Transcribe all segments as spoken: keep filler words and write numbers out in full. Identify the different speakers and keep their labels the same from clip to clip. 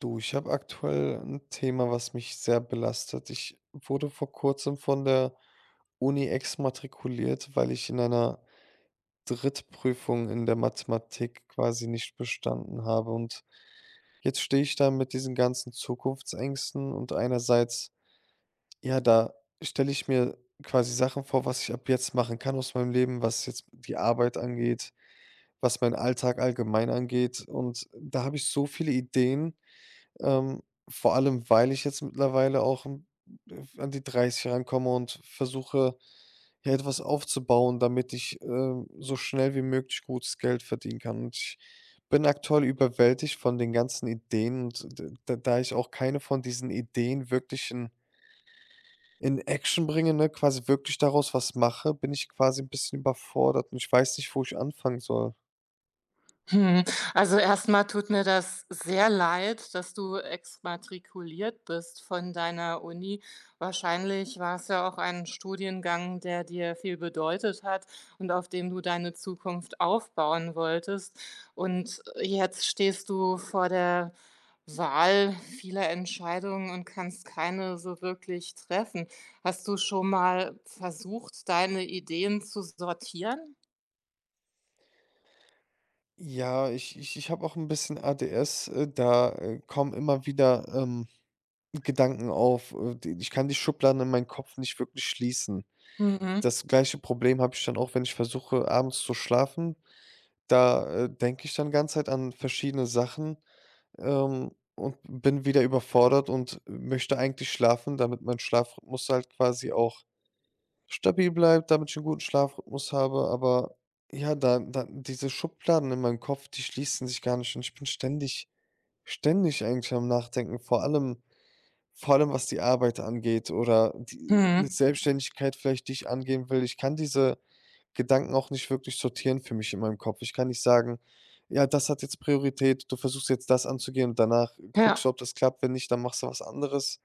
Speaker 1: Du, ich habe aktuell ein Thema, was mich sehr belastet. Ich wurde vor Kurzem von der Uni exmatrikuliert, weil ich in einer Drittprüfung in der Mathematik quasi nicht bestanden habe. Und jetzt stehe ich da mit diesen ganzen Zukunftsängsten und einerseits, ja, da stelle ich mir quasi Sachen vor, was ich ab jetzt machen kann aus meinem Leben, was jetzt die Arbeit angeht, was meinen Alltag allgemein angeht. Und da habe ich so viele Ideen, ähm, vor allem, weil ich jetzt mittlerweile auch 'n an die Dreißig rankomme und versuche, ja, etwas aufzubauen, damit ich, ähm, so schnell wie möglich gutes Geld verdienen kann. Und ich bin aktuell überwältigt von den ganzen Ideen und d d da ich auch keine von diesen Ideen wirklich in in Action bringe, ne, quasi wirklich daraus was mache, bin ich quasi ein bisschen überfordert und ich weiß nicht, wo ich anfangen soll.
Speaker 2: Hm, also erstmal tut mir das sehr leid, dass du exmatrikuliert bist von deiner Uni. Wahrscheinlich war es ja auch ein Studiengang, der dir viel bedeutet hat und auf dem du deine Zukunft aufbauen wolltest. Und jetzt stehst du vor der Wahl vieler Entscheidungen und kannst keine so wirklich treffen. Hast du schon mal versucht, deine Ideen zu sortieren?
Speaker 1: Ja, ich ich ich habe auch ein bisschen A D S, äh, da, äh, kommen immer wieder, ähm Gedanken auf. Äh, d Ich kann die Schubladen in meinem Kopf nicht wirklich schließen.
Speaker 2: Mhm.
Speaker 1: Das gleiche Problem habe ich dann auch, wenn ich versuche, abends zu schlafen. Da, äh, denke ich dann ganze Zeit an verschiedene Sachen, ähm, und bin wieder überfordert und möchte eigentlich schlafen, damit mein Schlafrhythmus halt quasi auch stabil bleibt, damit ich einen guten Schlafrhythmus habe. Aber ja, da da diese Schubladen in meinem Kopf, die schließen sich gar nicht und ich bin ständig ständig eigentlich am Nachdenken. Vor allem vor allem, was die Arbeit angeht oder die 'ne
Speaker 2: Mhm.
Speaker 1: Selbstständigkeit vielleicht, die ich angehen will. Ich kann diese Gedanken auch nicht wirklich sortieren für mich in meinem Kopf. Ich kann nicht sagen: „Ja, das hat jetzt Priorität. Du versuchst jetzt das anzugehen und danach guckst du,
Speaker 2: Ja.
Speaker 1: ob das klappt. Wenn nicht, dann machst du was anderes.“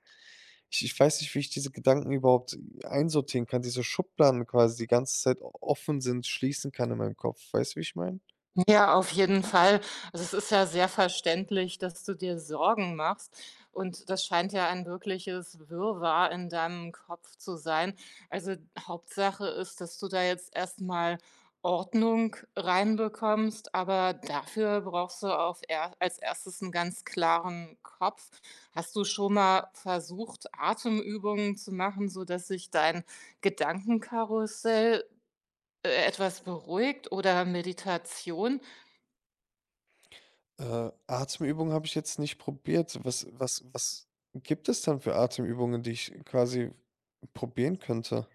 Speaker 1: Ich ich weiß nicht, wie ich diese Gedanken überhaupt einsortieren kann, diese Schubladen quasi die ganze Zeit o offen sind, schließen kann in meinem Kopf. Weißt du, wie ich meine?
Speaker 2: Ja, auf jeden Fall. Also, es ist ja sehr verständlich, dass du dir Sorgen machst. Und das scheint ja ein wirkliches Wirrwarr in deinem Kopf zu sein. Also, Hauptsache ist, dass du da jetzt erstmal Ordnung reinbekommst, aber dafür brauchst du auf er als erstes einen ganz klaren Kopf. Hast du schon mal versucht, Atemübungen zu machen, sodass sich dein Gedankenkarussell, äh, etwas beruhigt oder Meditation?
Speaker 1: Äh, Atemübungen habe ich jetzt nicht probiert. Was was was gibt es dann für Atemübungen, die ich quasi probieren könnte?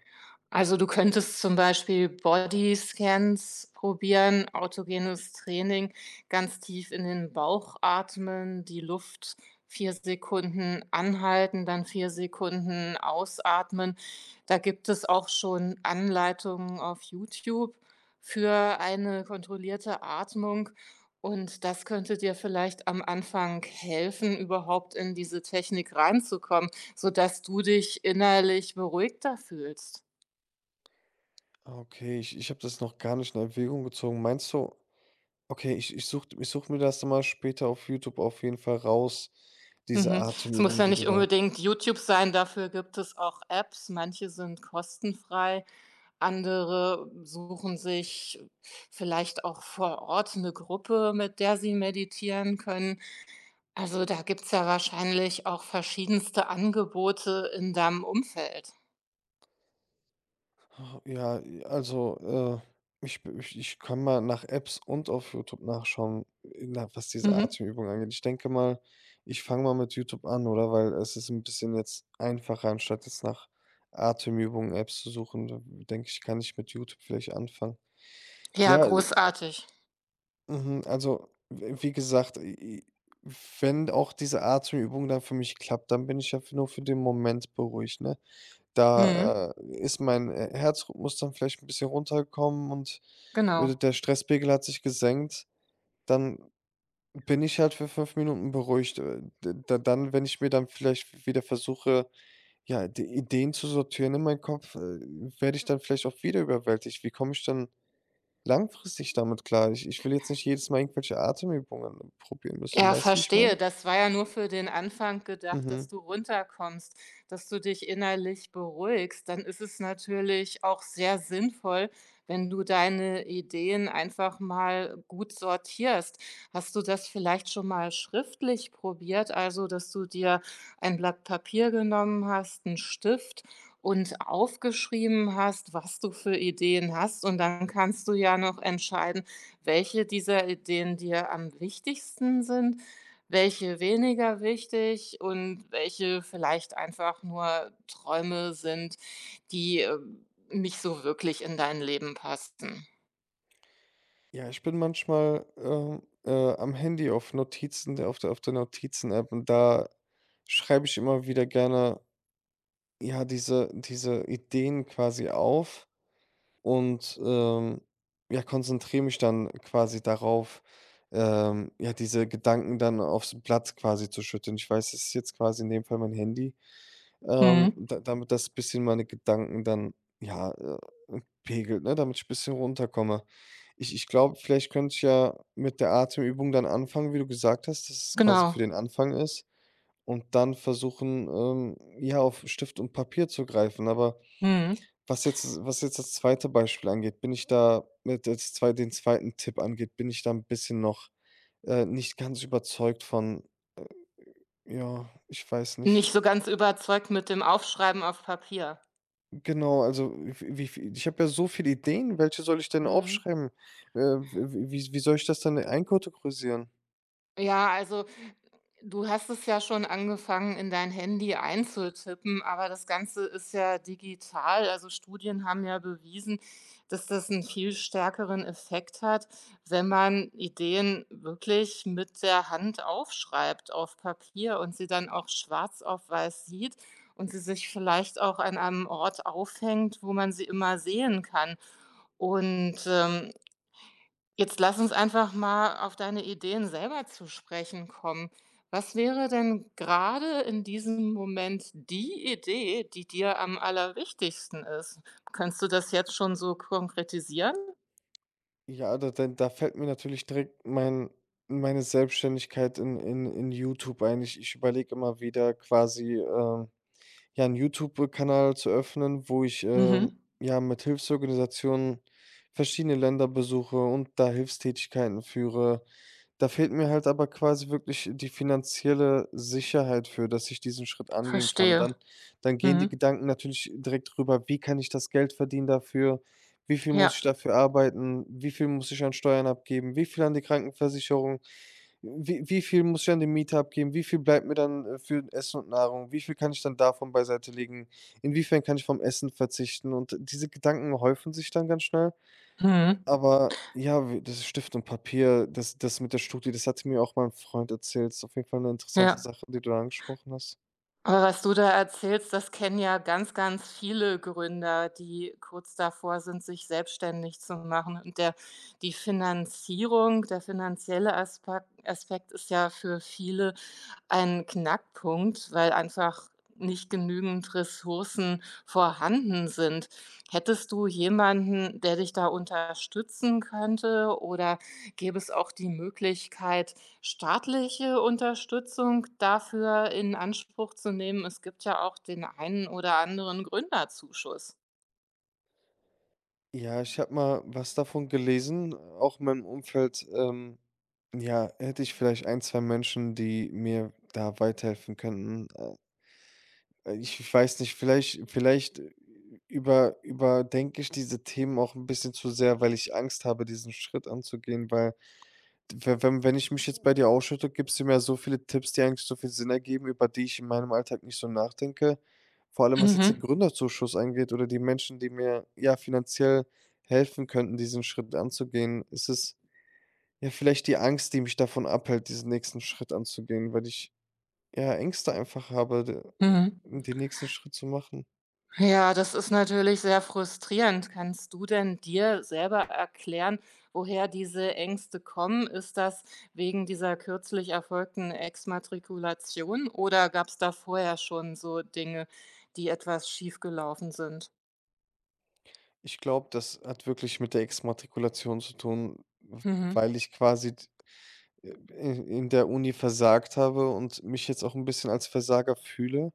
Speaker 2: Also, du könntest zum Beispiel Bodyscans probieren, autogenes Training, ganz tief in den Bauch atmen, die Luft vier Sekunden anhalten, dann vier Sekunden ausatmen. Da gibt es auch schon Anleitungen auf YouTube für eine kontrollierte Atmung und das könnte dir vielleicht am Anfang helfen, überhaupt in diese Technik reinzukommen, sodass du dich innerlich beruhigter fühlst.
Speaker 1: Ah, okay, ich ich habe das noch gar nicht in Erwägung gezogen. Meinst du okay, ich ich suche ich suche mir das dann mal später auf YouTube auf jeden Fall raus, diese
Speaker 2: Mhm. Es muss
Speaker 1: Atemübung,
Speaker 2: ja
Speaker 1: die du
Speaker 2: nicht
Speaker 1: da.
Speaker 2: unbedingt YouTube sein, dafür gibt es auch Apps. Manche sind kostenfrei, andere suchen sich vielleicht auch vor Ort eine Gruppe, mit der sie meditieren können. Also, da gibt's ja wahrscheinlich auch verschiedenste Angebote in deinem Umfeld.
Speaker 1: Ja, also, äh, ich b ich ich kann mal nach Apps und auf YouTube nachschauen, na, was diese
Speaker 2: Mhm.
Speaker 1: Atemübung angeht. Ich denke mal, ich fange mal mit YouTube an, oder? Weil es ist ein bisschen jetzt einfacher, anstatt jetzt nach Atemübungen, Apps zu suchen, d denke ich, kann ich mit YouTube vielleicht anfangen.
Speaker 2: Ja,
Speaker 1: Ja, äh,
Speaker 2: großartig.
Speaker 1: mhm, also, w wie gesagt, i i wenn auch diese Atemübung dann für mich klappt, dann bin ich ja f nur für den Moment beruhigt, ne?
Speaker 2: Mhm,
Speaker 1: Da, äh, ist mein, äh, Herzrhythmus dann vielleicht ein bisschen runtergekommen und, äh,
Speaker 2: genau.
Speaker 1: der Stresspegel hat sich gesenkt. Dann bin ich halt für fünf Minuten beruhigt. Äh, d Da dann, wenn ich mir dann vielleicht wieder versuche, ja, die Ideen zu sortieren in meinem Kopf, äh, werde ich dann vielleicht auch wieder überwältigt. Wie komme ich dann langfristig damit klar? Ich ich will jetzt nicht jedes Mal irgendwelche Atemübungen probieren müssen.
Speaker 2: Ja,
Speaker 1: Weißt du, wie ich meine?
Speaker 2: verstehe. Das war ja nur für den Anfang gedacht,
Speaker 1: Mhm.
Speaker 2: dass du runterkommst, dass du dich innerlich beruhigst. Dann ist es natürlich auch sehr sinnvoll, wenn du deine Ideen einfach mal gut sortierst. Hast du das vielleicht schon mal schriftlich probiert? Also, dass du dir ein Blatt Papier genommen hast, einen Stift und aufgeschrieben hast, was du für Ideen hast. Und dann kannst du ja noch entscheiden, welche dieser Ideen dir am wichtigsten sind, welche weniger wichtig und welche vielleicht einfach nur Träume sind, die, ähm, nicht so wirklich in dein Leben passen.
Speaker 1: Ja, ich bin manchmal, ähm, äh, am Handy auf Notizen der auf der auf der Notizen-App und da schreibe ich immer wieder gerne, ja, diese diese Ideen quasi auf und, ähm, ja, konzentriere mich dann quasi darauf, ähm, ja, diese Gedanken dann aufs Blatt quasi zu schütten. Ich weiß, es ist jetzt quasi in dem Fall mein Handy, ähm,
Speaker 2: Mhm.
Speaker 1: da damit das bisschen meine Gedanken dann, ja, äh, pegelt, ne, damit ich ein bisschen runterkomme. Ich ich glaube, vielleicht könnte ich ja mit der Atemübung dann anfangen, wie du gesagt hast, dass es quasi für
Speaker 2: Genau.
Speaker 1: den Anfang ist und dann versuchen, ähm, ja, auf Stift und Papier zu greifen. Aber
Speaker 2: Mhm.
Speaker 1: was jetzt was jetzt das zweite Beispiel angeht, bin ich da mit das zwei den zweiten Tipp angeht, bin ich da ein bisschen noch, äh, nicht ganz überzeugt von. Ja, ich weiß nicht.
Speaker 2: Nicht so ganz überzeugt mit dem Aufschreiben auf Papier.
Speaker 1: Genau, also wie wie ich habe ja so viele Ideen, welche soll ich denn
Speaker 2: Mhm.
Speaker 1: aufschreiben? Äh, w wie wie soll ich das denn einkategorisieren?
Speaker 2: Ja, also du hast es ja schon angefangen, in dein Handy einzutippen, aber das Ganze ist ja digital. Also Studien haben ja bewiesen, dass das einen viel stärkeren Effekt hat, wenn man Ideen wirklich mit der Hand aufschreibt auf Papier und sie dann auch schwarz auf weiß sieht und sie sich vielleicht auch an einem Ort aufhängt, wo man sie immer sehen kann. Und ähm, Jetzt lass uns einfach mal auf deine Ideen selber zu sprechen kommen. Was wäre denn gerade in diesem Moment die Idee, die dir am allerwichtigsten ist? Kannst du das jetzt schon so konkretisieren?
Speaker 1: Ja, da da da fällt mir natürlich direkt mein meine Selbstständigkeit in in in YouTube ein. Ich ich überlege immer wieder quasi, ähm, ja, einen YouTube-Kanal zu öffnen, wo ich, ähm,
Speaker 2: Mhm.
Speaker 1: ja, mit Hilfsorganisationen verschiedene Länder besuche und da Hilfstätigkeiten führe. Da fehlt mir halt aber quasi wirklich die finanzielle Sicherheit für, dass ich diesen Schritt angehen kann.
Speaker 2: Verstehe.
Speaker 1: Dann dann gehen die
Speaker 2: Mhm.
Speaker 1: Gedanken natürlich direkt rüber: „Wie kann ich das Geld verdienen dafür? Wie viel muss ich
Speaker 2: Ja.
Speaker 1: dafür arbeiten? Wie viel muss ich an Steuern abgeben? Wie viel an die Krankenversicherung? Wie wie viel muss ich an die Miete abgeben? Wie viel bleibt mir dann, äh, für Essen und Nahrung? Wie viel kann ich dann davon beiseite legen? Inwiefern kann ich vom Essen verzichten?“ Und diese Gedanken häufen sich dann ganz schnell,
Speaker 2: Mhm.
Speaker 1: aber ja, w das Stift und Papier, das das mit der Studie, das hatte mir auch mein Freund erzählt. Ist auf jeden Fall eine interessante
Speaker 2: Ja.
Speaker 1: Sache, die du da angesprochen hast.
Speaker 2: Aber was du da erzählst, das kennen ja ganz, ganz viele Gründer, die kurz davor sind, sich selbstständig zu machen. Und der die Finanzierung, der finanzielle Aspa Aspekt ist ja für viele ein Knackpunkt, weil einfach nicht genügend Ressourcen vorhanden sind. Hättest du jemanden, der dich da unterstützen könnte, oder gäbe es auch die Möglichkeit, staatliche Unterstützung dafür in Anspruch zu nehmen. Es gibt ja auch den einen oder anderen Gründerzuschuss.
Speaker 1: Ja, ich habe mal was davon gelesen, auch in meinem Umfeld, ähm, ja, hätte ich vielleicht ein zwei Menschen, die mir da weiterhelfen könnten. Äh, ich ich weiß nicht, vielleicht vielleicht äh, über überdenke ich diese Themen auch ein bisschen zu sehr, weil ich Angst habe, diesen Schritt anzugehen, weil we wenn wenn ich mich jetzt bei dir ausschütte, gibst du mir so viele Tipps, die eigentlich so viel Sinn ergeben, über die ich in meinem Alltag nicht so nachdenke. Vor allem, was jetzt den
Speaker 2: Mhm,
Speaker 1: Gründerzuschuss angeht oder die Menschen, die mir, ja, finanziell helfen könnten, diesen Schritt anzugehen. Ist es, ja, vielleicht die Angst, die mich davon abhält, diesen nächsten Schritt anzugehen, weil ich, ja, Ängste einfach habe, de
Speaker 2: mhm.
Speaker 1: äh, den nächsten Schritt zu machen.
Speaker 2: Ja, das ist natürlich sehr frustrierend. Kannst du denn dir selber erklären, woher diese Ängste kommen? Ist das wegen dieser kürzlich erfolgten Exmatrikulation oder gab es da vorher schon so Dinge, die etwas schiefgelaufen sind?
Speaker 1: Ich glaube, das hat wirklich mit der Exmatrikulation zu tun, w
Speaker 2: Mhm.
Speaker 1: weil ich quasi, äh, in in der Uni versagt habe und mich jetzt auch ein bisschen als Versager fühle,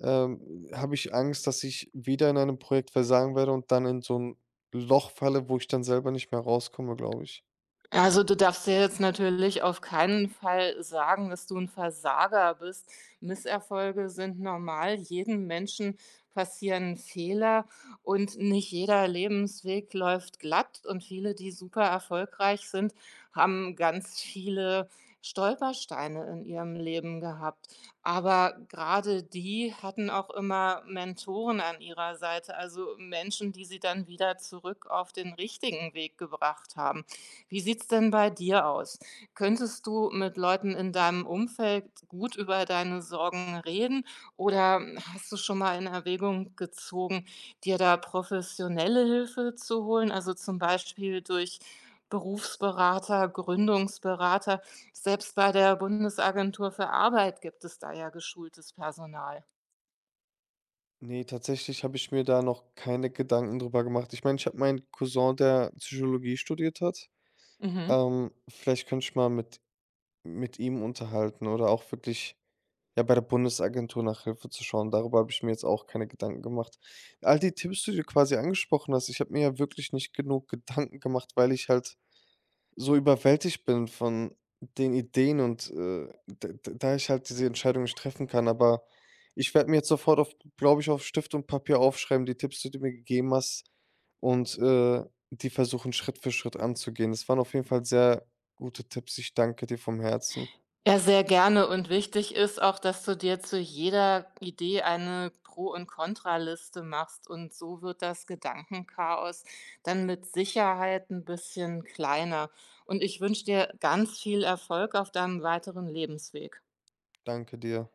Speaker 1: ähm, habe ich Angst, dass ich wieder in einem Projekt versagen werde und dann in so ein Loch falle, wo ich dann selber nicht mehr rauskomme, glaube ich.
Speaker 2: Also, du darfst dir jetzt natürlich auf keinen Fall sagen, dass du ein Versager bist. Misserfolge sind normal. Jedem Menschen passieren Fehler und nicht jeder Lebensweg läuft glatt und viele, die super erfolgreich sind, haben ganz viele Stolpersteine in ihrem Leben gehabt. Aber gerade die hatten auch immer Mentoren an ihrer Seite, also Menschen, die sie dann wieder zurück auf den richtigen Weg gebracht haben. Wie sieht's denn bei dir aus? Könntest du mit Leuten in deinem Umfeld gut über deine Sorgen reden oder hast du schon mal in Erwägung gezogen, dir da professionelle Hilfe zu holen, also zum Beispiel durch Berufsberater, Gründungsberater? Selbst bei der Bundesagentur für Arbeit gibt es da ja geschultes Personal.
Speaker 1: Ne, tatsächlich habe ich mir da noch keine Gedanken drüber gemacht. Ich meine, ich habe meinen Cousin, der Psychologie studiert hat.
Speaker 2: Mhm.
Speaker 1: Ähm, vielleicht könnte ich mal mit mit ihm unterhalten oder auch wirklich ja, bei der Bundesagentur nach Hilfe zu schauen, darüber habe ich mir jetzt auch keine Gedanken gemacht. All die Tipps, die du quasi angesprochen hast, ich habe mir ja wirklich nicht genug Gedanken gemacht, weil ich halt so überwältigt bin von den Ideen und, äh, d d da ich halt diese Entscheidung nicht treffen kann. Aber ich werde mir jetzt sofort auf, glaube ich, auf Stift und Papier aufschreiben, die Tipps, die du mir gegeben hast und, äh, die versuchen, Schritt für Schritt anzugehen. Das waren auf jeden Fall sehr gute Tipps. Ich danke dir vom Herzen.
Speaker 2: Ja, sehr gerne und wichtig ist auch, dass du dir zu jeder Idee eine Pro und Kontraliste machst und so wird das Gedankenchaos dann mit Sicherheit ein bisschen kleiner und ich wünsche dir ganz viel Erfolg auf deinem weiteren Lebensweg.
Speaker 1: Danke dir.